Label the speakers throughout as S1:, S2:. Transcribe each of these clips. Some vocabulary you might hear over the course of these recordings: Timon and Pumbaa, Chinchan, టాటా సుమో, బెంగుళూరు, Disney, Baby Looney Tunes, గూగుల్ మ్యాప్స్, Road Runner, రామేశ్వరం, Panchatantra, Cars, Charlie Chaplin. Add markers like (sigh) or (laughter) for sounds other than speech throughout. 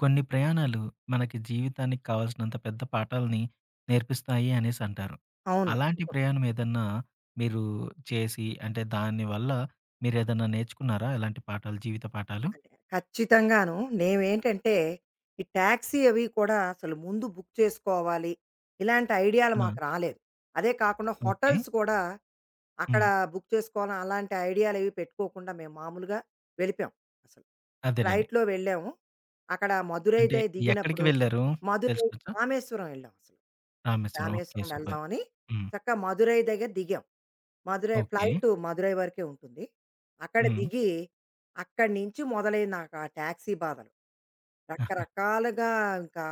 S1: కొన్ని ప్రయాణాలు మనకి జీవితానికి కావాల్సినంత పెద్ద పాఠాల్ని నేర్పిస్తాయి అనేసి అంటారు.
S2: అవును.
S1: అలాంటి ప్రయాణం ఏదన్నా మీరు చేసి అంటే దాని వల్ల మీరేదన్నా నేర్చుకున్నారా? ఎలాంటి పాఠాలు జీవిత పాఠాలు?
S2: అంటే ఖచ్చితంగాను. మేమేంటంటే, ఈ టాక్సీ అవి కూడా అసలు ముందు బుక్ చేసుకోవాలి. ఇలాంటి ఐడియాలు
S1: ఆ!
S2: మాకు రాలేదు. అదే కాకుండా
S1: ఓకే.
S2: హోటల్స్ కూడా అక్కడ
S1: హ్మ్.
S2: బుక్ చేసుకోవాలని అలాంటి ఐడియాలవి పెట్టుకోకుండా మేము మామూలుగా వెళ్ళిపోయాం అసలు.
S1: అదేనండి.
S2: ఫ్లైట్‌లో వెళ్ళాము. అక్కడ
S1: అంటే
S2: మదురైదే
S1: ఎక్కడికి
S2: దిగినప్పుడు
S1: వెళ్లారు
S2: మదురై
S1: తెలుసుకోవచ్చా?
S2: రామేశ్వరం వెళ్ళాం అసలు.
S1: రామేశ్వరం. ఓకే.
S2: రామేశ్వరం
S1: సూపర్.
S2: వెళ్దామని
S1: హ్మ్.
S2: చక్కగా మదురై దగ్గర దిగాం. మదురై
S1: ఓకే.
S2: ఫ్లైట్ మదురై వరకే ఉంటుంది. అక్కడ
S1: హ్మ్.
S2: దిగి అక్కడి నుంచి మొదలైంది నాకు ఆ టాక్సీ బాధలు. రకరకాలుగా ఇంకా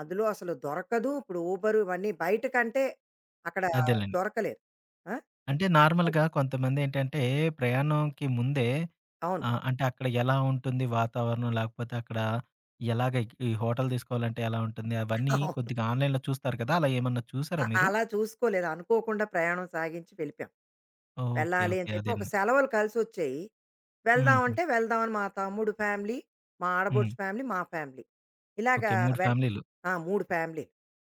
S2: అందులో అసలు దొరకదు. ఇప్పుడు ఊబరు ఇవన్నీ బయట కంటే అక్కడ
S1: అదేలెండి.
S2: దొరకలేదు. ఆ!
S1: అంటే
S2: ఎంత
S1: నార్మల్‌గా కొంతమందేంటంటే ప్రయాణంకి ముందే
S2: అవును.
S1: ఆ! అంటే అక్కడ ఎలా ఉంటుంది వాతావరణం? లేకపోతే అక్కడ ఎలాగ ఈ హోటల్ తీసుకోవాలంటే ఎలా ఉంటుంది?
S2: (laughs)
S1: అవన్నీ
S2: అవును.
S1: కొద్దిగా ఆన్‌లైన్‌లో చూస్తారు కదా! అలా ఏమన్నా
S2: అ
S1: చూసారా మీరు?
S2: అలా చూసుకోలేదు. అనుకోకుండా ప్రయాణం సాగించి వెళ్ళిపోయాం.
S1: ఓకే.
S2: వెళ్ళాలి
S1: ఓకే.
S2: అని చెప్పి ఒక
S1: అదేనండి.
S2: సెలవులు కలిసొచ్చాయి. వెళ్దాం
S1: హుహు.
S2: అంటే వెళ్దాం అని మా తమ్ముడు ఫ్యామిలీ, మా
S1: హ్మ్.
S2: ఆడపడుచు ఫ్యామిలీ, మా ఫ్యామిలీ. ఇలాగా
S1: ఓకే. 3
S2: వెన్
S1: ఫ్యామిలీలు.
S2: ఆ! 3 ఫ్యామిలీలు.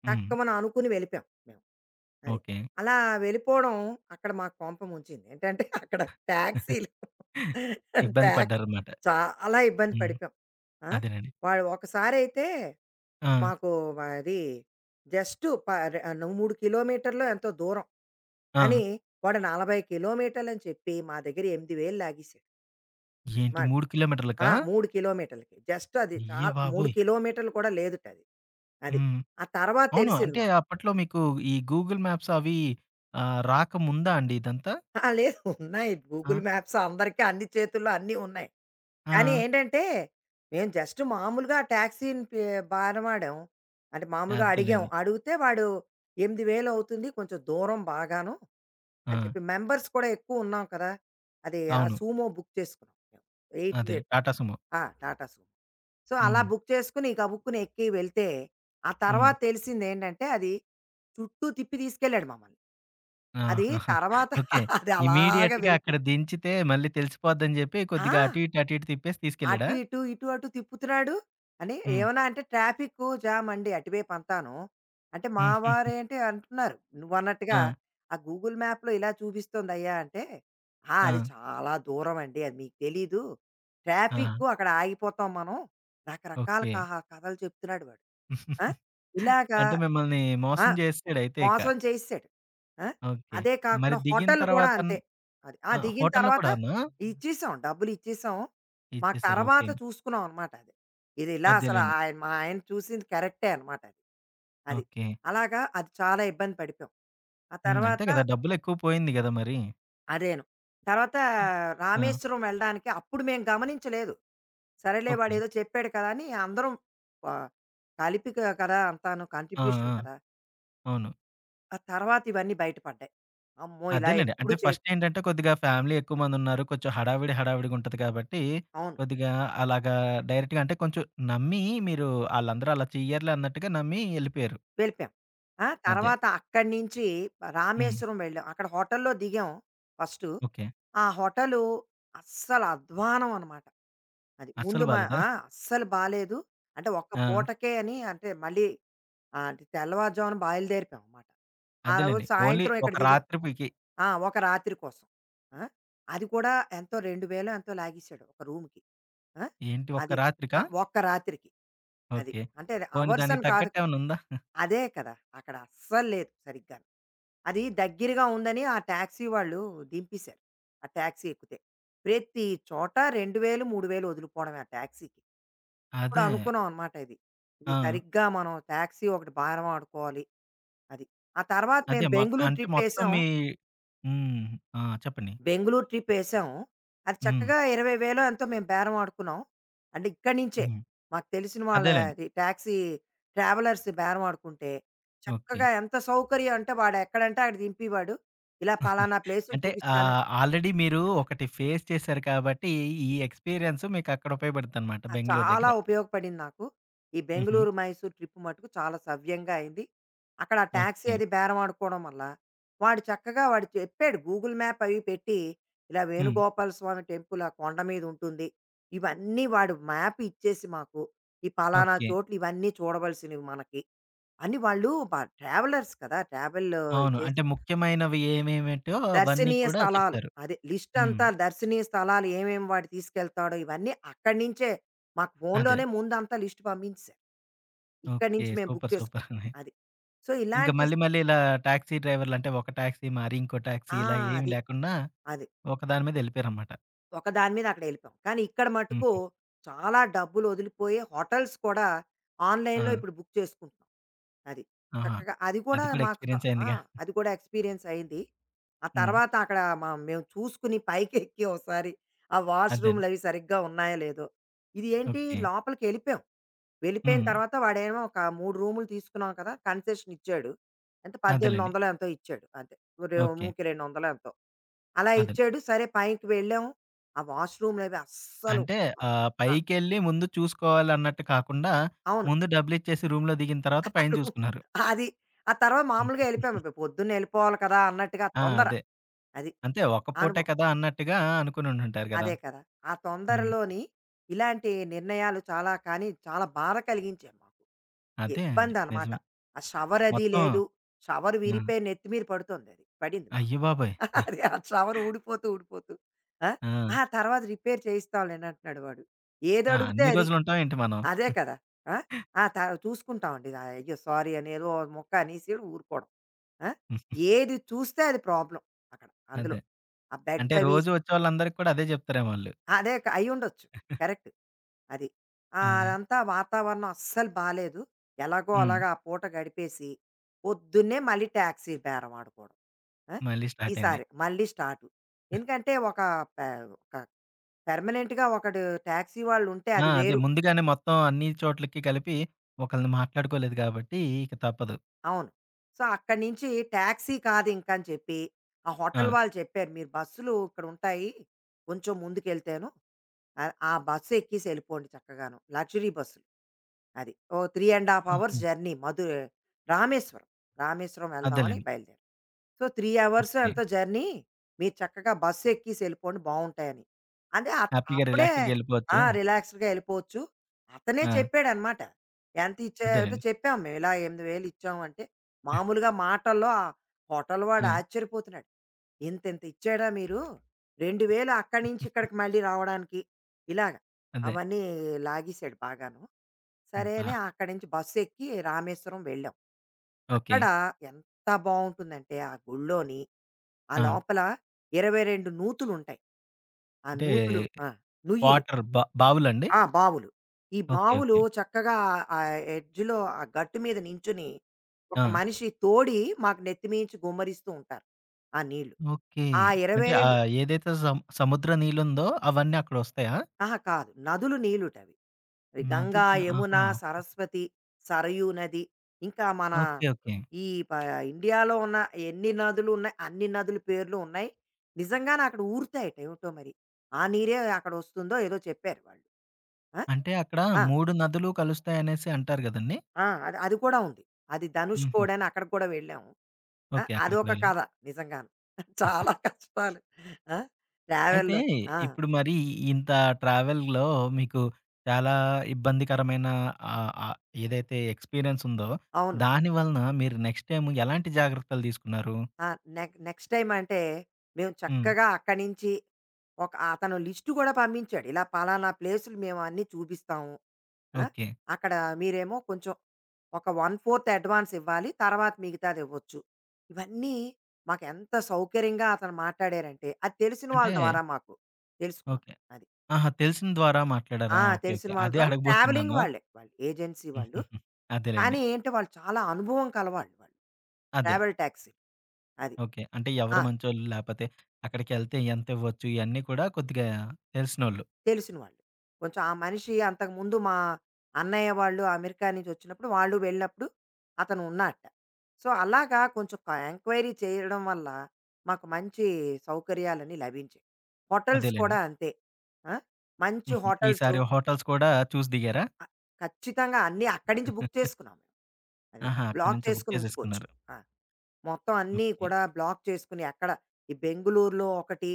S1: హ్మ్.
S2: టక్కుమని అనుకుని వెళ్ళిపోయాం మేము. అది.
S1: ఓకే.
S2: అలా వెళ్ళిపోవడం అక్కడ మాకు కొంప ముంచింది. ఏంటంటే (laughs) అక్కడ
S1: (laughs)
S2: టాక్సీలు
S1: ఇబ్బంది
S2: టాక్సీ
S1: పడ్డారన్నమాట.
S2: చాలా ఇబ్బంది
S1: హ్మ్.
S2: పడిపోయాం. ఆ!
S1: అదేనండి.
S2: వాడు ఒకసారయితే
S1: ఆ!
S2: మాకు అది జస్ట్ ప రె 3 కిలోమీటర్‌లో ఎంతో దూరం.
S1: ఆ!
S2: కానీ వాడు 40 కిలోమీటర్లని చెప్పి మా దగ్గర 80,000 లాగేసాడు.
S1: ఏంటి
S2: వాడు.
S1: 3
S2: ఆ!
S1: కిలోమీటర్లకా?
S2: 3 కిలోమీటర్లకి. జస్ట్ అది
S1: అయ్య
S2: చాలా 3
S1: బాబోయ్!
S2: కిలోమీటర్లు కూడా లేదుట అది. అది.
S1: హ్మ్.
S2: ఆ తర్వాత
S1: అవును.
S2: తెలిసింది
S1: అంటే
S2: మాకు.
S1: అప్పట్లో మీకు ఈ గూగుల్ మ్యాప్స్ అవి ఆహ్, రాకముందా అండి ఇదంతా?
S2: ఆ! లేదు ఉన్నాయి.
S1: ఆ!
S2: గూగుల్ మ్యాప్స్ అందరికీ అన్ని చేతుల్లో అన్నీ ఉన్నాయి.
S1: ఆ!
S2: కానీ ఏంటంటే, మేము జస్ట్ మామూలుగా టాక్సీని బతిమాడాం. అంటే మామూలుగా అడిగాం.
S1: అదేలెండి.
S2: అడిగితే వాడు 80,000 అవుతుంది. కొంచెం దూరం బాగాను.
S1: ఆ!
S2: అని చెప్పి మెంబర్స్ కూడా ఎక్కువున్నాం కదా! అది ఆ
S1: అవును.
S2: సూమో బుక్ చేసుకున్నాం మేము. 8
S1: అదే.
S2: సీటర్.
S1: టాటా సుమో.
S2: ఆ! టాటా సుమో. సో, అలా
S1: హ్మ్.
S2: బుక్ చేసుకొని గబుక్కున ఎక్కి వెళ్తే, ఆ
S1: హ్మ్.
S2: తర్వాత తెలిసిందేంటంటే అది చుట్టూ తిప్పి తీసుకెళ్ళాడు మమ్మల్ని. అది
S1: ఆహాహా!
S2: తర్వాత
S1: ఓకే.
S2: (laughs) అది అలాగా
S1: ఇమ్మీడియేట్‌గా
S2: వెళ్తూ
S1: అక్కడ దించితే మళ్ళీ తెలిసిపోద్దని జెప్పి
S2: ఆ!
S1: కొద్దిగా అటు ఇటు, అటు ఇటు తిప్పేసి
S2: అటు
S1: తీసుకెళ్ళాడా?
S2: ఇటు, ఇటు అటు తిప్పుతున్నాడు అని
S1: హ్మ్.
S2: ఏమన్నా అంటే ట్రాఫిక్కు జామ్ అండి అటువైపు అంతాను. అంటే మా
S1: హుహు.
S2: వారేంటి అంటున్నారు
S1: ఆ!
S2: నువ్వన్నట్టుగా ఆ గూగుల్ మ్యాప్‌లో ఇలా చూపిస్తోందయ్యా అంటే, "ఆ! అది
S1: ఆ!
S2: చాలా దూరం అండి. అది మీకు తెలీదు.
S1: ఆ!
S2: ట్రాఫిక్కు అక్కడ ఆగిపోతాం మనం." రకరకాల
S1: ఓకే.
S2: కథలు చెప్తున్నాడు వాడు. ఆ!
S1: (laughs)
S2: ఇలాగా
S1: అంటే మిమ్మల్ని
S2: ఆ!
S1: మోసం జేసేసాడయితే ఇక.
S2: మోసం చేసేసాడు. ఆ!
S1: ఓకే.
S2: అదే
S1: మరి
S2: కాకుండా
S1: దిగిన
S2: హోటల్ కూడా
S1: తర్వాత న్
S2: అంతే. అది. ఆ!
S1: ఆ!
S2: దిగిన
S1: హోటల్‌లో
S2: తర్వాత
S1: కూడానా?
S2: ఇచ్చేసాం. డబ్బులు ఇచ్చేసాం. మాకు
S1: ఇచ్చేసారు.
S2: తర్వాత
S1: ఓకే.
S2: చూసుకున్నాం అనమాట అది. ఇది ఇలా అసలు
S1: అదేలెండి.
S2: ఆయన మా ఆయన చూసింది కరెక్టే అనమాట అది. అది.
S1: ఓకే.
S2: అలాగా అది చాలా ఇబ్బంది పడిపోయాం. ఆ
S1: హ్మ్. అంతే
S2: తర్వాత
S1: గదా! డబ్బులెక్కువ పోయింది గదా మరి.
S2: అదేను. తర్వాత
S1: ఆ!
S2: రామేశ్వరం వెళ్ళడానికి అప్పుడు మేము గమనించలేదు. సరేలే
S1: ఓకే.
S2: వాడేదో చెప్పాడు కదా! అని అందరం ఆహ్, కలిపి కదా! అంతాను
S1: ఆ!
S2: కాంట్రిబ్యూషన్
S1: ఆ!
S2: కదా!
S1: అవును.
S2: ఆ తర్వాత ఇవన్నీ బయటపడ్డాయి. అమ్మో! ఇలా
S1: అదేలెండి.
S2: ఎప్పుడు
S1: అంటే
S2: చేయకు
S1: ఫస్ట్ ఏంటంటే కొద్దిగా ఫ్యామిలీ ఎక్కువ మందున్నారు. కొంచెం హడావిడి, హడావిడిగా ఉంటది కాబట్టి,
S2: అవును.
S1: కొద్దిగా అలాగా డైరెక్ట్‌గా అంటే కొంచెం నమ్మి మీరు ఆళ్ళందరూ అలా చెయ్యరులే అన్నట్టుగా నమ్మి ఎళ్ళిపోయారు.
S2: వెళ్ళిపోయాం. ఆ!
S1: అదే.
S2: తర్వాత అక్కడి నుంచి
S1: హ్మ్.
S2: రామేశ్వరం వెళ్ళాం. అక్కడ హోటల్‌లో దిగాం ఫస్టు.
S1: ఓకే.
S2: ఆ హోటలు అస్సలు అధ్వానం అనమాట. అది. ముందు
S1: అస్సలు
S2: మ
S1: బాలేదా?
S2: ఆ! అస్సలు బాలేదు. అంటే ఒక్క
S1: ఆ!
S2: పూటకే అని అంటే మళ్ళీ ఆహ్, తెల్లవారుజామున బయలుదేరిపోయాం అనమాట. ఆ రోజు
S1: అదేలెండి. ఓన్లీ
S2: సాయంత్రం ఇక్కడ
S1: ఒక
S2: దిగాం.
S1: రాత్రికి
S2: ఆ! ఒక రాత్రి కోసం. ఆ! అది కూడా ఎంతో 2,000 ఎంతో లాగేశాడు ఒక రూమ్‌కి. ఆ!
S1: ఏంటి ఒక్క
S2: అది.
S1: రాత్రికా?
S2: ఆ! ఒక్క రాత్రికి. అది.
S1: ఓకే.
S2: అంటే
S1: పోనీ
S2: అవర్స్
S1: దానికి
S2: అని కాదు.
S1: తగ్గట్టు ఏమన్నా ఉందా?
S2: అదే కదా! అక్కడ అస్సలు లేదు సరిగ్గాను. అది దగ్గరగా ఉందని ఆ టాక్సీ వాళ్ళు దింపేశారు. ఆ టాక్సీ ఎక్కితే. ప్రతి చోట 2,000, 3,000 వదులుకోవడమే ఆ టాక్సీకి. అప్పుడు
S1: అదే.
S2: అనుకున్నాం అనమాట ఇది.
S1: ఆ!
S2: ఇది సరిగ్గా మనం టాక్సీ ఒకటి బారం ఆడుకోవాలి. అది. ఆ తర్వాత
S1: అదే.
S2: మేము
S1: మొత్
S2: బెంగుళూరు
S1: అంటే
S2: ట్రిప్
S1: మొత్తం
S2: ఏసాం.
S1: మీ హ్మ్. ఆ! చెప్పండి.
S2: బెంగుళూరు ట్రిప్ యేసాం. అది
S1: హ్మ్.
S2: చక్కగా 20,000 ఎంతో మేము బేరం ఆడుకున్నాం. అంటే ఇక్కడి నుంచే
S1: హ్మ్.
S2: మాకు తెలిసిన
S1: అదేలెండి.
S2: వాళ్ళది టాక్సీ ట్రావెలర్స్ బేరం ఆడుకుంటే,
S1: ఓకే.
S2: చక్కగా ఎంత సౌకర్యం అంటే వాడెక్కడంటే అక్కడ దింపేవాడు. ఇలా పలానా ప్లేసులు
S1: అంటే
S2: చూపిస్తానని
S1: ఆహ్, ఆల్రెడీ మీరు ఒకటి ఫేస్ చేశారు కాబట్టి, ఈ ఎక్స్‌పీరియన్స్ మీకక్కడ ఉపయోగపడుద్దనమాట
S2: ఆ!
S1: బెంగుళూరు
S2: చాలా
S1: దగ్గర.
S2: ఉపయోగపడింది నాకు. ఈ
S1: హుహు.
S2: బెంగుళూరు, మైసూర్ ట్రిప్ మట్టుకు చాలా సవ్యంగా అయింది. అక్కడ ఆ టాక్సీ
S1: ఓకే.
S2: అది బేరమాడుకోవడం వల్ల, వాడు చక్కగా వాడు చెప్పాడు గూగుల్ మ్యాప్ అవి పెట్టి, ఇలా
S1: హ్మ్.
S2: వేణుగోపాల స్వామి టెంపుల్ ఆ కొండ మీద ఉంటుంది. ఇవన్నీ వాడు మ్యాప్ ఇచ్చేసి మాకు, ఈ పలానా
S1: ఓకే.
S2: చోట్లు ఇవన్నీ చూడవలసినవి మనకి. అని వాళ్ళు ట్రావెలర్స్ కదా! ట్రావెల్
S1: అవును. అంటే
S2: చేసాం.
S1: ముఖ్యమైనవి ఏమేమిటో అవన్నీ
S2: దర్శనీయ
S1: కూడా
S2: స్థలాలు.
S1: చెప్తారు.
S2: అదే
S1: హ్మ్.
S2: లిస్టంతా దర్శనీయ స్థలాలు ఏమేమి వాడు తీసుకెళ్తాడో ఇవన్నీ అక్కడి నించే మాకు
S1: అదే.
S2: ఫోనులోనే ముందంతా లిస్ట్ పంపించేశారు. ఇక్కడి
S1: ఓకే.
S2: నుంచి మేము బుక్
S1: సూపర్. సూపర్.
S2: చేసుకోం.
S1: అండి.
S2: అది. సో,
S1: ఇంకా
S2: ఇలాంటి
S1: మళ్ళీ మళ్ళీ ఇలా టాక్సీ డ్రైవర్లంటే ఒక టాక్సీ మరి ఇంకో టాక్సీ
S2: ఆ!
S1: ఇలా ఏమి
S2: అది.
S1: లేకుండా
S2: అది.
S1: ఒక దాని మీద ఎళ్ళిపోయారనమాట.
S2: ఒకదాని మీద అక్కడ ఎళ్ళిపోయాం. కానీ ఇక్కడ మటుకు
S1: హుహు.
S2: చాలా డబ్బులు ఒదిలిపోయి హోటల్స్ కూడా
S1: ఆ!
S2: ఆన్‌లైన్‌లో ఇప్పుడు బుక్ చేసుకుంటున్నాం. అది.
S1: ఆహా!
S2: చక్కగా అది కూడా
S1: అది కూడా
S2: మాకు
S1: ఎక్స్‌పీరియన్స్
S2: ఆ!
S1: అయిందిగా.
S2: అది కూడా ఎక్స్‌పీరియన్స్ అయింది. ఆ
S1: హ్మ్.
S2: తర్వాత అక్కడ మేము చూసుకుని పైకెక్కి ఒకసారి ఆ
S1: అదే అండి.
S2: వాష్‌రూమ్‌లు అవి సరిగ్గా ఉన్నాయో లేదో. ఇది ఏంటి
S1: ఓకే.
S2: లోపలికెళ్ళిపోయాం. వెళ్ళిపోయిన
S1: హ్మ్.
S2: తర్వాత వాడేమో ఒక 3 రూములు తీసుకున్నాం కదా! కన్సెషన్ ఇచ్చాడు. ఎంత
S1: అదేలెండి.
S2: 1,800 ఎంతో ఇచ్చాడు. అంతే.
S1: ఓకే.
S2: రూమ్‌కి 200 ఎంతో. అలా
S1: అదే.
S2: ఇచ్చాడు. సరే పైకి వెళ్ళాము. ఆ వాష్‌రూమ్‌లు అవి అస్సలు
S1: అంటే ఆహ్,
S2: ఆ!
S1: పైకెళ్ళి ముందు చూసుకోవాలన్నట్టు కాకుండా,
S2: అవును.
S1: ముందు డబ్బులిచ్చేసి రూమ్‌లో దిగిన తర్వాత పైన
S2: రూమ్
S1: చూసుకున్నారు.
S2: అది. ఆ తర్వాత మామూలుగా
S1: హ్మ్.
S2: ఎళ్ళిపోయాము. ఇప్పుడు పొద్దున్నే ఎళ్ళిపోవాలి కదా! అన్నట్టుగా
S1: ఆ!
S2: తొందర.
S1: అదే.
S2: అది.
S1: అంతే ఒక పూటే
S2: అనుభవం.
S1: కదా! అన్నట్టుగా అనుకునుండుంటారు గదా!
S2: అదే కదా! ఆ
S1: హ్మ్.
S2: తొందరలోని ఇలాంటి నిర్ణయాలు చాలా కానీ, చాలా బాధ కలిగించాయి మాకు.
S1: అదే అండి.
S2: ఇబ్బందనమాట.
S1: నిజమే.
S2: ఆ షవరది
S1: మొత్తం
S2: లేదు. షవర్
S1: ఆ!
S2: విరిపోయి నెత్తి మీద పడుతోందది. పడింది మాకు.
S1: అయ్యబాబోయ్!
S2: అది ఆ షవర్ ఊడిపోతూ, ఊడిపోతూ. ఆ!
S1: ఆ!
S2: ఆ! తర్వాత రిపేర్ చేయిస్తాంలేండి అంటున్నాడు వాడు.
S1: ఆ!
S2: ఏదడిగితే
S1: అన్ని
S2: అది.
S1: రోజులుంటాం ఏంటి మనం?
S2: అదే కదా! ఆ! ఆ! చూసుకుంటామండి. ఆహ్, అయ్యో! సారీ అని ఏదో ముక్క అనేసి ఊరుకోవడం. ఆ!
S1: హ్మ్.
S2: ఏది చూస్తే అది ప్రాబ్లమ్ అక్కడ అందులో.
S1: అదే.
S2: ఆ బెడ్
S1: అంటే
S2: అవి
S1: రోజు వచ్చేవాళ్ళందరికి కూడా అదే చెప్తారేమో ఆళ్ళు.
S2: అదే అయ్యుండొచ్చు. కరెక్ట్. అది. ఆహ్,
S1: అదే.
S2: అదంతా వాతావరణం అస్సలు బాలేదు. ఎలాగో
S1: హ్మ్.
S2: అలాగా ఆ పూట గడిపేసి, పొద్దున్నే మళ్ళీ టాక్సీ బేరం ఆడుకోవడం. ఆ!
S1: మళ్ళీ స్టార్ట్ అయింది.
S2: ఈసారి మళ్ళీ స్టార్టు. ఎందుకంటే పె ఒక పెర్మనెంట్‌గా ఒకడు టాక్సీ వాళ్ళుంటే
S1: ఆ!
S2: అది
S1: అదే
S2: వేరు.
S1: ముందుగానే మొత్తం అన్ని చోట్లకి కలిపి ఒకళ్ళని మాట్లాడుకోలేదు కాబట్టి ఇక తప్పదు.
S2: అవును. సో, అక్కడి నుంచి టాక్సీ కాదింకని చెప్పి, ఆ
S1: ఆ!
S2: హోటల్ వాళ్ళు చెప్పారు. మీరు బస్సులు ఇక్కడుంటాయి. కొంచెం ముందుకెళ్తేను ఆ ఆ బస్సు ఎక్కేసి వెళ్ళిపోండి చక్కగాను. లగ్జరీ బస్సులు. అది. ఓ 3 ½ అవర్స్
S1: ఆహా!
S2: జర్నీ రామేశ్వరం. రామేశ్వరం వెళ్దామని
S1: అదేలెండి.
S2: బయలుదేరాం. So, 3 hours
S1: okay.
S2: ఎంతో జర్నీ. మీరు చక్కగా బస్సు ఎక్కేసి వెళ్ళిపోండి బావుంటాయని. అంటే అత్
S1: హ్యాపీగా
S2: అప్పుడే
S1: రిలాక్స్‌డ్‌గా ఎళ్ళిపోవచ్చు.
S2: ఆ! రిలాక్స్డ్‌గా వెళ్ళిపోవచ్చు. అతనే
S1: ఆ!
S2: చెప్పాడనమాట. ఎంత ఇచ్చావంటే
S1: అదేనండి.
S2: చెప్పాం మేము. ఇలా 8,000 ఇచ్చాం అంటే మామూలుగా మాటల్లో ఆ హోటల్ వాడు
S1: ఆ!
S2: ఆశ్చర్యపోతున్నాడు. ఇంతింత ఇచ్చాడా మీరు? 2,000 అక్కడి నుంచి ఇక్కడికి మళ్ళీ రావడానికి. ఇలాగ
S1: అదే.
S2: అవన్నీ లాగేశాడు బాగాను. సరే
S1: అబ్బా!
S2: అని అక్కడి నుంచి బస్సు ఎక్కి రామేశ్వరం వెళ్ళాం.
S1: ఓకే.
S2: అక్కడ ఎంత బావుంటుందంటే ఆ గుడిలోని ఆ
S1: ఆ!
S2: లోపల 22 నూతులుంటాయి. ఆ
S1: అంటే
S2: నూతులు ఆ! నుయ్యిలు.
S1: వాటర్ బావులండి?
S2: ఆ! బావులు. ఈ
S1: ఓకే.
S2: బావులు
S1: ఓకే.
S2: చక్కగా ఆ ఎడ్జ్‌లో ఆ గట్టు మీద నించొని
S1: ఆ!
S2: ఒక మనిషి తోడి మాకు నెత్తిమీంచి గుమ్మరిస్తూ ఉంటారు ఆ నీళ్లు.
S1: ఓకే.
S2: ఆ
S1: అంటే
S2: 22
S1: ఆహ్, ఏదైతే సముద్ర నీళ్ళుందో అవన్నీ అక్కడొస్తాయా?
S2: అహా! కాదు. నదులు నీళ్ళుటవి. అది గంగా,
S1: నదులు
S2: యమున,
S1: ఆహా!
S2: సరస్వతి, సరయూ నది, ఇంకా మన
S1: ఓకే. ఓకే.
S2: ఈ ప ఇండియాలో ఉన్న ఎన్ని నదులు ఉన్నాయి, అన్ని నదుల పేర్లు ఉన్నాయి. నిజంగానే అక్కడ ఊరుతాయట ఏమిటో మరి. ఆ నీరే అక్కడొస్తుందో ఏదో చెప్పారు వాళ్ళు. ఆ!
S1: అంటే అక్కడ
S2: ఆ!
S1: 3 నదులు కలుస్తాయనేసి అంటారు గదండీ!
S2: ఆ! అది అది కూడా ఉంది. అది
S1: హుహు.
S2: 'ధనుష్కోడ్' అని అక్కడికి కూడా వెళ్ళాము. ఆ!
S1: ఓకే. అక్కడికి
S2: అదొక
S1: వెళ్ళి
S2: కథ నిజంగాను. (laughs) చాలా కష్టాలు. ఆ!
S1: అయితే
S2: ట్రావెల్‌లో ఆ!
S1: ఇప్పుడు మరి ఇంత ట్రావెల్‌లో మీకు చాలా ఇబ్బందికరమైన ఆహ్, ఆహ్, ఏదైతే ఎక్స్‌పీరియన్స్ ఉందో,
S2: అవును.
S1: దాని వలన మీరు నెక్స్ట్ టైమ్ ఎలాంటి జాగ్రత్తలు తీసుకున్నారు?
S2: ఆ! నెక్స్ట్ టైమ్ అంటే, మేము
S1: హ్మ్.
S2: చక్కగా అక్కడి నుంచి ఒక అతను లిస్ట్ కూడా పంపించాడు. ఇలా పలానా ప్లేసులు మేము అన్నీ చూపిస్తాము. ఆ!
S1: ఓకే.
S2: అక్కడ మీరేమో కొంచెం ఒక 1/4 అడ్వాన్స్ ఇవ్వాలి. తర్వాత మిగతాది ఇవ్వచ్చు. ఇవన్నీ మాకెంత సౌకర్యంగా అతను మాట్లాడారంటే, అది తెలిసిన వాళ్ళ
S1: అంటే
S2: ద్వారా మాకు తెలుసుకున్నాం.
S1: ఓకే.
S2: అది.
S1: ఆహా! తెలిసిన ద్వారా మాట్లాడారా?
S2: ఆ!
S1: ఓకే.
S2: తెలిసిన
S1: ఓకే.
S2: వాళ్ళ
S1: అదే
S2: ద్వారా ట్రావెలింగ్
S1: అడగబోతున్నాను.
S2: వాళ్ళే. వాళ్ళు ఏజెన్సీ
S1: (laughs)
S2: వాళ్ళు.
S1: హుహుహు. అదేలెండి.
S2: కానీ ఏంటి వాళ్ళు చాలా అనుభవం కలవాళ్ళు వాళ్ళు.
S1: అదే.
S2: Travel taxi. అది.
S1: ఓకే. అంటే ఎవరు
S2: ఆ!
S1: మంచోళ్ళు, లేపోతే అక్కడికెళ్తే ఎంతివ్వచ్చు, ఇయన్నీ కూడా కొద్దిగా తెలిసినోళ్ళు.
S2: తెలిసిన వాళ్ళు. కొంచెం ఆ మనిషి అంతకుముందు మా అన్నయ్య వాళ్ళు అమెరికా నుంచి వచ్చినప్పుడు వాళ్ళు వెళ్ళినప్పుడు అతను ఉన్నాడట. సో, అలాగా కొంచెం ఎంక్వైరీ చేయడం వల్ల మాకు మంచి సౌకర్యాలన్నీ లభించాయి. హోటల్స్
S1: అదేలెండి.
S2: కూడా అంతే. ఆ! మంచి
S1: హుహు. (laughs)
S2: హోటల్సు
S1: ఈసారి హోటల్స్ కూడా చూసి దిగారా?
S2: అ ఖచ్చితంగా అన్నీ అక్కడి నుంచి బుక్
S1: (laughs)
S2: చేసుకున్నాం. మేము. అది.
S1: ఆహా! అక్కడి
S2: బ్లాక్
S1: నుంచే బుక్
S2: చేసుకొని ఉంచుకోవచ్చు.
S1: చేసేసుకున్నారు.
S2: ఆ! మొత్తం అన్నీ
S1: ఓకే.
S2: కూడా బ్లాక్ చేసుకుని ఎక్కడ ఈ బెంగుళూరులో ఒకటి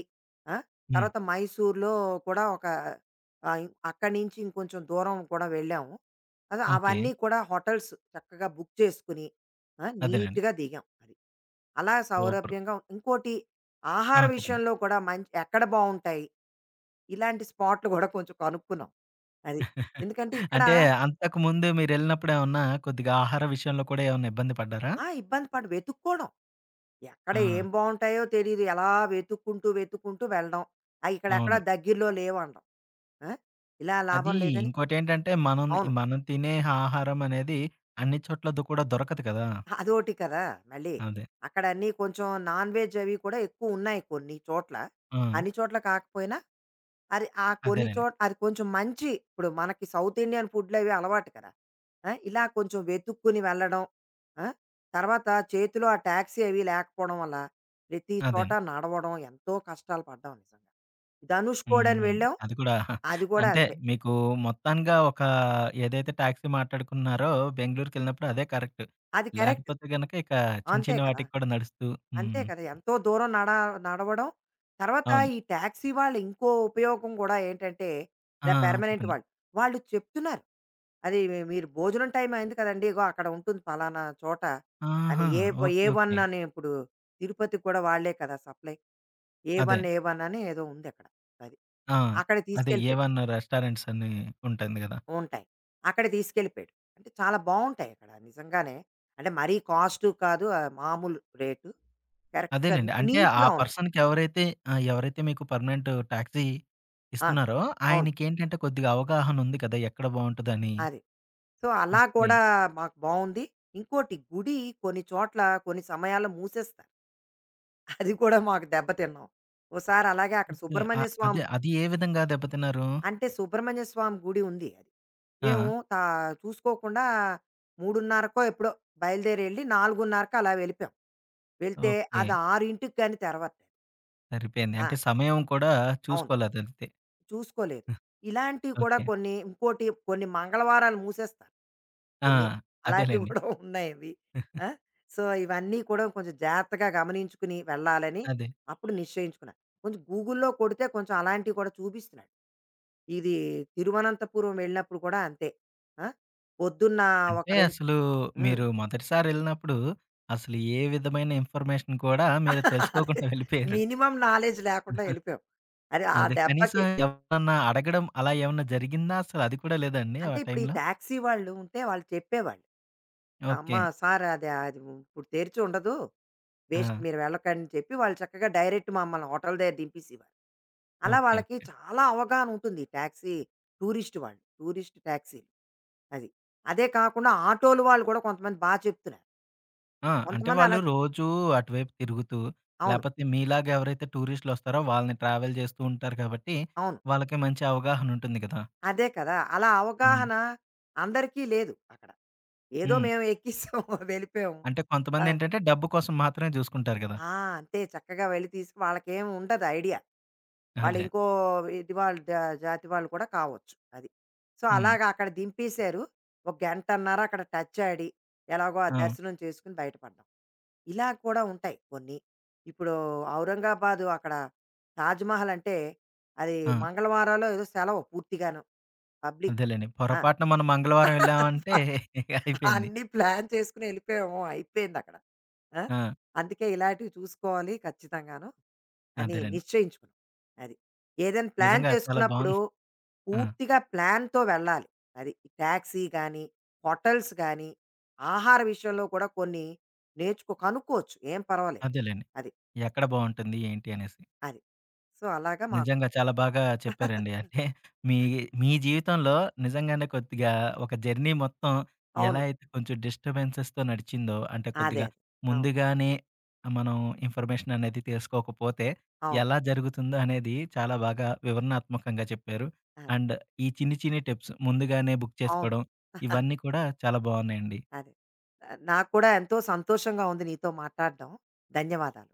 S2: ఆ?
S1: హ్మ్.
S2: తర్వాత మైసూర్లో కూడా ఒక ఆ, అక్కడి నుంచి ఇంకొంచెం దూరం కూడా వెళ్ళాము అదే
S1: ఓకే.
S2: అవన్నీ కూడా హోటల్స్ చక్కగా బుక్ చేసుకుని ఆ,
S1: అదేనండి.
S2: నీట్గా దిగాం అది అలా
S1: సూపర్.
S2: సౌలభ్యంగా ఇంకోటి
S1: ఆ!
S2: ఆహార
S1: చెప్పండి.
S2: విషయంలో కూడా మంచి ఎక్కడ బాగుంటాయి ఇలాంటి స్పాట్లు కూడా కొంచెం కనుక్కున్నాం అది ఎందుకంటే ఇక్కడ
S1: అంటే అంతకుముందు మీరెళ్ళినప్పుడు ఏమన్నా కొద్దిగా ఆహార విషయంలో కూడా ఏమన్నా ఇబ్బంది పడ్డారా?
S2: ఆ ఇబ్బంది పడి వెతుక్కోవడం ఎక్కడ
S1: ఆ!
S2: ఏం బావుంటాయో తెలీదు. ఎలా వెతుక్కుంటూ, వెతుక్కుంటూ వెళ్ళడం. ఆ ఇక్కడెక్కడ
S1: అవును.
S2: దగ్గరలో లేవనడం. ఆ! ఇలా
S1: అది
S2: లాభం లేదని
S1: ఇంకోటేంటంటే మనం
S2: అవును.
S1: మనం తినే ఆహారం అనేది అన్ని చోట్ల కూడా దొరకదు కదా!
S2: అదోటి కదా! మళ్ళీ.
S1: అదే.
S2: అక్కడన్నీ కొంచెం నాన్ వెజ్ అవి కూడా ఎక్కువున్నాయి కొన్ని చోట్ల.
S1: ఆ!
S2: అన్ని చోట్ల కాకపోయినా అది ఆ కొన్ని
S1: అదేనండి.
S2: చోట్ అది కొంచెం మంచి ఇప్పుడు మనకి సౌత్ ఇండియన్ ఫుడ్‌లు అవి అలవాటు కదా! ఆ! ఇలా కొంచెం వెతుక్కుని వెళ్ళడం. ఆ! తర్వాత చేతిలో ఆ టాక్సీ అవి లేకపోవడం వల్ల ప్రతి చోట
S1: అదేనండి.
S2: నడవడం ఎంతో కష్టాలు పడ్డాం నిజంగా. ధనుష్కోడని
S1: హ్మ్.
S2: వెళ్ళాం.
S1: అది కూడా
S2: అది కూడా
S1: అంటే
S2: అంతే.
S1: మీకు మొత్తంగా ఒక ఏదైతే టాక్సీ మాట్లాడుకున్నారో బెంగుళూరుకెళ్ళినప్పుడు అదే కరెక్ట్.
S2: అది కరెక్ట్.
S1: లేకపోతే గనక ఇక చిన్న
S2: అంతే
S1: చిన్న
S2: కదా!
S1: వాటికి కూడా నడుస్తూ
S2: అంతే
S1: హ్మ్.
S2: కదా! ఎంతో దూరం నడవడం. తర్వాత
S1: అవును.
S2: ఈ టాక్సీ వాళ్ళు ఇంకో ఉపయోగం కూడా ఏంటంటే
S1: ఆ!
S2: ఇలా పెర్మనెంట్
S1: చెప్పండి.
S2: వాళ్ళు. వాళ్ళు చెప్తున్నారు. అది మీ- మీరు భోజనం టైం అయింది కదండీ! ఇగో అక్కడ ఉంటుంది పలానా చోట అని
S1: ఆహా!
S2: A
S1: okay.
S2: A one
S1: okay.
S2: అని ఇప్పుడు తిరుపతికి కూడా వాళ్ళే కదా సప్లై. ఏ
S1: అదే.
S2: వన్ ఏ వన్ అని ఏదో ఉంది అక్కడ. అది.
S1: ఆ!
S2: అక్కడ
S1: అదే
S2: తీసుకెళ్ళిపోయాడు.
S1: ఏవన్ రెస్టారెంట్స్ అని ఉంటుంది గదా!
S2: ఉంటాయి. అక్కడ తీసుకెళ్ళిపోయాడు. అంటే చాలా బావుంటాయి అక్కడ నిజంగానే. అంటే మరీ కాస్ట్ కాదు. ఆహ్, మామూలు రేటు. కరెక్ట్‌గా
S1: అదేలెండి. అంటే ఆ
S2: నీట్‌గా ఉన్నది.
S1: పర్సన్‌కి ఎవరైతే ఆహ్, ఎవరైతే మీకు పర్మనెంట్ టాక్సీ
S2: ఆ!
S1: ఇస్తున్నారో
S2: అవును.
S1: ఆయనకేంటంటే కొద్దిగా అవగాహన ఉంది కదా! ఎక్కడ బావుంటదని.
S2: అది. సో, అలా
S1: ఓకే.
S2: కూడా మాకు బావుంది. ఇంకోటి గుడి కొన్ని చోట్ల కొన్ని సమయాల్లో మూసేస్తారు. అది కూడా మాకు దెబ్బతిన్నాం. ఓసారి అలాగే అక్కడ
S1: ఓకే.
S2: సుబ్రహ్మణ్య
S1: అదే
S2: స్వామి
S1: అది ఏ విధంగా దెబ్బతిన్నారు?
S2: అంటే సుబ్రహ్మణ్య స్వామి గుడి ఉంది అది. మేము
S1: ఆ!
S2: చూసుకోకుండా 3:30కో ఎప్పుడో బయలుదేరి ఎళ్లి 4:30కో అలా వెళ్ళిపోయాం. వెళ్తే
S1: ఓకే.
S2: అది 6కి గాని తెరవట్లేదు.
S1: సరిపోయింది.
S2: ఆ!
S1: అంటే సమయం కూడా
S2: అవును.
S1: చూసుకోలేదైతే.
S2: చూసుకోలేదు. ఇలాంటివి కూడా
S1: ఓకే.
S2: కొన్ని ఇంకోటి కొన్ని మంగళవారాలు మూసేస్తారు.
S1: ఆ!
S2: కొన్ని అలాంటివి
S1: అదేలెండి.
S2: కూడా (laughs) ఉన్నాయవి. ఆ! సో, ఇవన్నీ కూడా కొంచెం జాగ్రత్తగా గమనించుకుని వెళ్ళాలని
S1: అదే.
S2: అప్పుడు నిశ్చయించుకున్నా. కొంచెం గూగుల్‌లో కొడితే కొంచెం అలాంటివి కూడా చూపిస్తున్నాయి. ఇది తిరువనంతపురం వెళ్ళినప్పుడు కూడా అంతే. ఆ! పొద్దున్న ఒక
S1: అంటే
S2: రెం
S1: అసలు
S2: హ్మ్.
S1: మీరు మొదటిసారి ఎళ్ళినప్పుడు అసలు ఏ విధమైన ఇన్ఫర్మేషన్ కూడా మీరు
S2: (laughs) అదే
S1: తెలుసుకోకుండా (laughs) వెళ్ళిపోయారు.
S2: మినిమమ్ నాలెడ్జ్ లేకుండా ఎళ్ళిపోయాం. అరే! ఆ
S1: అదే కనీసం
S2: దెబ్బకి
S1: ఎవరన్నా అడగడం అలా ఏమన్నా జరిగిందా? అసలు అది కూడా లేదా అండి ఆ
S2: అంటే ఇప్పుడు ఈ
S1: టైంలో?
S2: టాక్సీ వాళ్ళు ఉంటే వాళ్ళు చెప్పేవాళ్ళు. "అమ్మ!
S1: ఓకే.
S2: సార్ అది అది ఇప్పుడు తెరిచి ఉండదు.
S1: ఆ!
S2: వేస్ట్ మీరు వెళ్ళకండి" చెప్పి వాళ్ళు చక్కగా డైరెక్ట్ మమ్మల్ని హోటల్ దగ్గర దింపేసేవారు. అలా
S1: ఓకే.
S2: వాళ్ళకి
S1: ఓకే.
S2: చాలా అవగాహన ఉంటుంది ఈ టాక్సీ టూరిస్ట్ వాళ్ళు. టూరిస్ట్ టాక్సీలు. అది. అదే కాకుండా ఆటోలు వాళ్ళు కూడా కొంతమంది చెప్తున్నారు.
S1: ఆ! అంటే
S2: కొంతమంది
S1: వాళ్ళు
S2: అలా
S1: రోజూ అటువైపు తిరుగుతూ,
S2: అవును.
S1: లేపోతే మీలాగా ఎవరైతే టూరిస్టులొస్తారో వాళ్ళని ట్రావెల్ చేస్తూ ఉంటారు కాబట్టి,
S2: అవును.
S1: వాళ్ళకి మంచి అవగాహన ఉంటుంది కదా!
S2: అదే కదా! అలా
S1: హ్మ్.
S2: అవగాహన అందరికీ లేదు అక్కడ. ఏదో
S1: హ్మ్.
S2: మేము ఎక్కేసాం (laughs) వెళ్ళిపోయాం.
S1: అంటే
S2: ఆ!
S1: కొంతమందేంటంటే డబ్బు కోసం మాత్రమే చూసుకుంటారు కదా!
S2: ఆ! అంతే చక్కగా వెళ్ళి వాళ్ళకేం ఉండదు ఐడియా. వాళ్ళు
S1: అదే.
S2: ఇంకో ఇది వాళ్ళు జాతి వాళ్ళు కూడా కావచ్చు. అది. సో,
S1: హ్మ్.
S2: అలాగా అక్కడ దింపేశారు. ఒక గంటన్నర అక్కడ టచ్ ఆడి, ఎలాగో ఆ
S1: ఆ!
S2: దర్శనం చేసుకొని బయటపడ్డాం. ఇలా కూడా ఉంటాయి కొన్ని. ఇప్పుడు ఔరంగాబాదు అక్కడ తాజ్‌మహల్ అంటే అది
S1: ఆ!
S2: మంగళవారాలో ఏదో సెలవు పూర్తిగాను. పబ్లిక్.
S1: అదేలేండి.
S2: ఆ!
S1: పొరపాటున మనం మంగళవారం వెళ్ళామంటే (laughs) అయిపోయింది.
S2: అన్నీ ప్లాన్ చేసుకొని ఎళ్ళిపోయాము. అయిపోయిందక్కడ. ఆ!
S1: ఆ!
S2: అందుకే ఇలాంటివి చూసుకోవాలి ఖచ్చితంగాను అని
S1: అదేనండి.
S2: నిశ్చయించుకున్నాం. అది. ఏదైనా ప్లాన్
S1: నిజంగా చాలా
S2: చేసుకున్నప్పుడు
S1: బావుంది. ఆ!
S2: పూర్తిగా ప్లాన్‌తో వెళ్ళాలి. అది. టాక్సీ గానీ, హోటల్స్ గానీ, ఆహార విషయంలో కూడా కొన్ని కనుక్కోవచ్చు. ఏం పర్వాలేదు.
S1: అదేలెండి.
S2: అది.
S1: ఎక్కడ బావుంటుంది ఏంటి అనేసి.
S2: అది. సో, అలాగా మాకు
S1: నిజంగా చాలా బాగా చెప్పారండి.
S2: (laughs)
S1: అంటే మీ మీ జీవితంలో నిజంగానే కొద్దిగా ఒక జర్నీ మొత్తం ఎలా
S2: అవును.
S1: అయితే కొంచెం డిస్టర్బెన్సెస్‌తో నడిచిందో, అంటే కొద్దిగా
S2: అదే. అదే. అవును.
S1: ముందుగానే మనం ఇన్ఫర్మేషన్ అనేది తెలుసుకోకపోతే
S2: అవును.
S1: ఎలా జరుగుతుందో అనేది చాలా బాగా వివరణాత్మకంగా చెప్పారు.
S2: అదే.
S1: అండ్ ఈ చిన్ని చిన్ని టిప్స్ ముందుగానే బుక్
S2: అవును.
S1: చేసుకోవడం ఇవన్నీ కూడా చాలా బాగున్నాయండి.
S2: అదే. నాకు కూడా ఎంతో సంతోషంగా ఉంది నీతో మాట్లాడడం. ధన్యవాదాలు.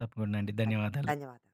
S1: తప్పకుండా అండి.
S2: ధన్
S1: ధన్యవాదాలు.
S2: ధన్యవాదాలు.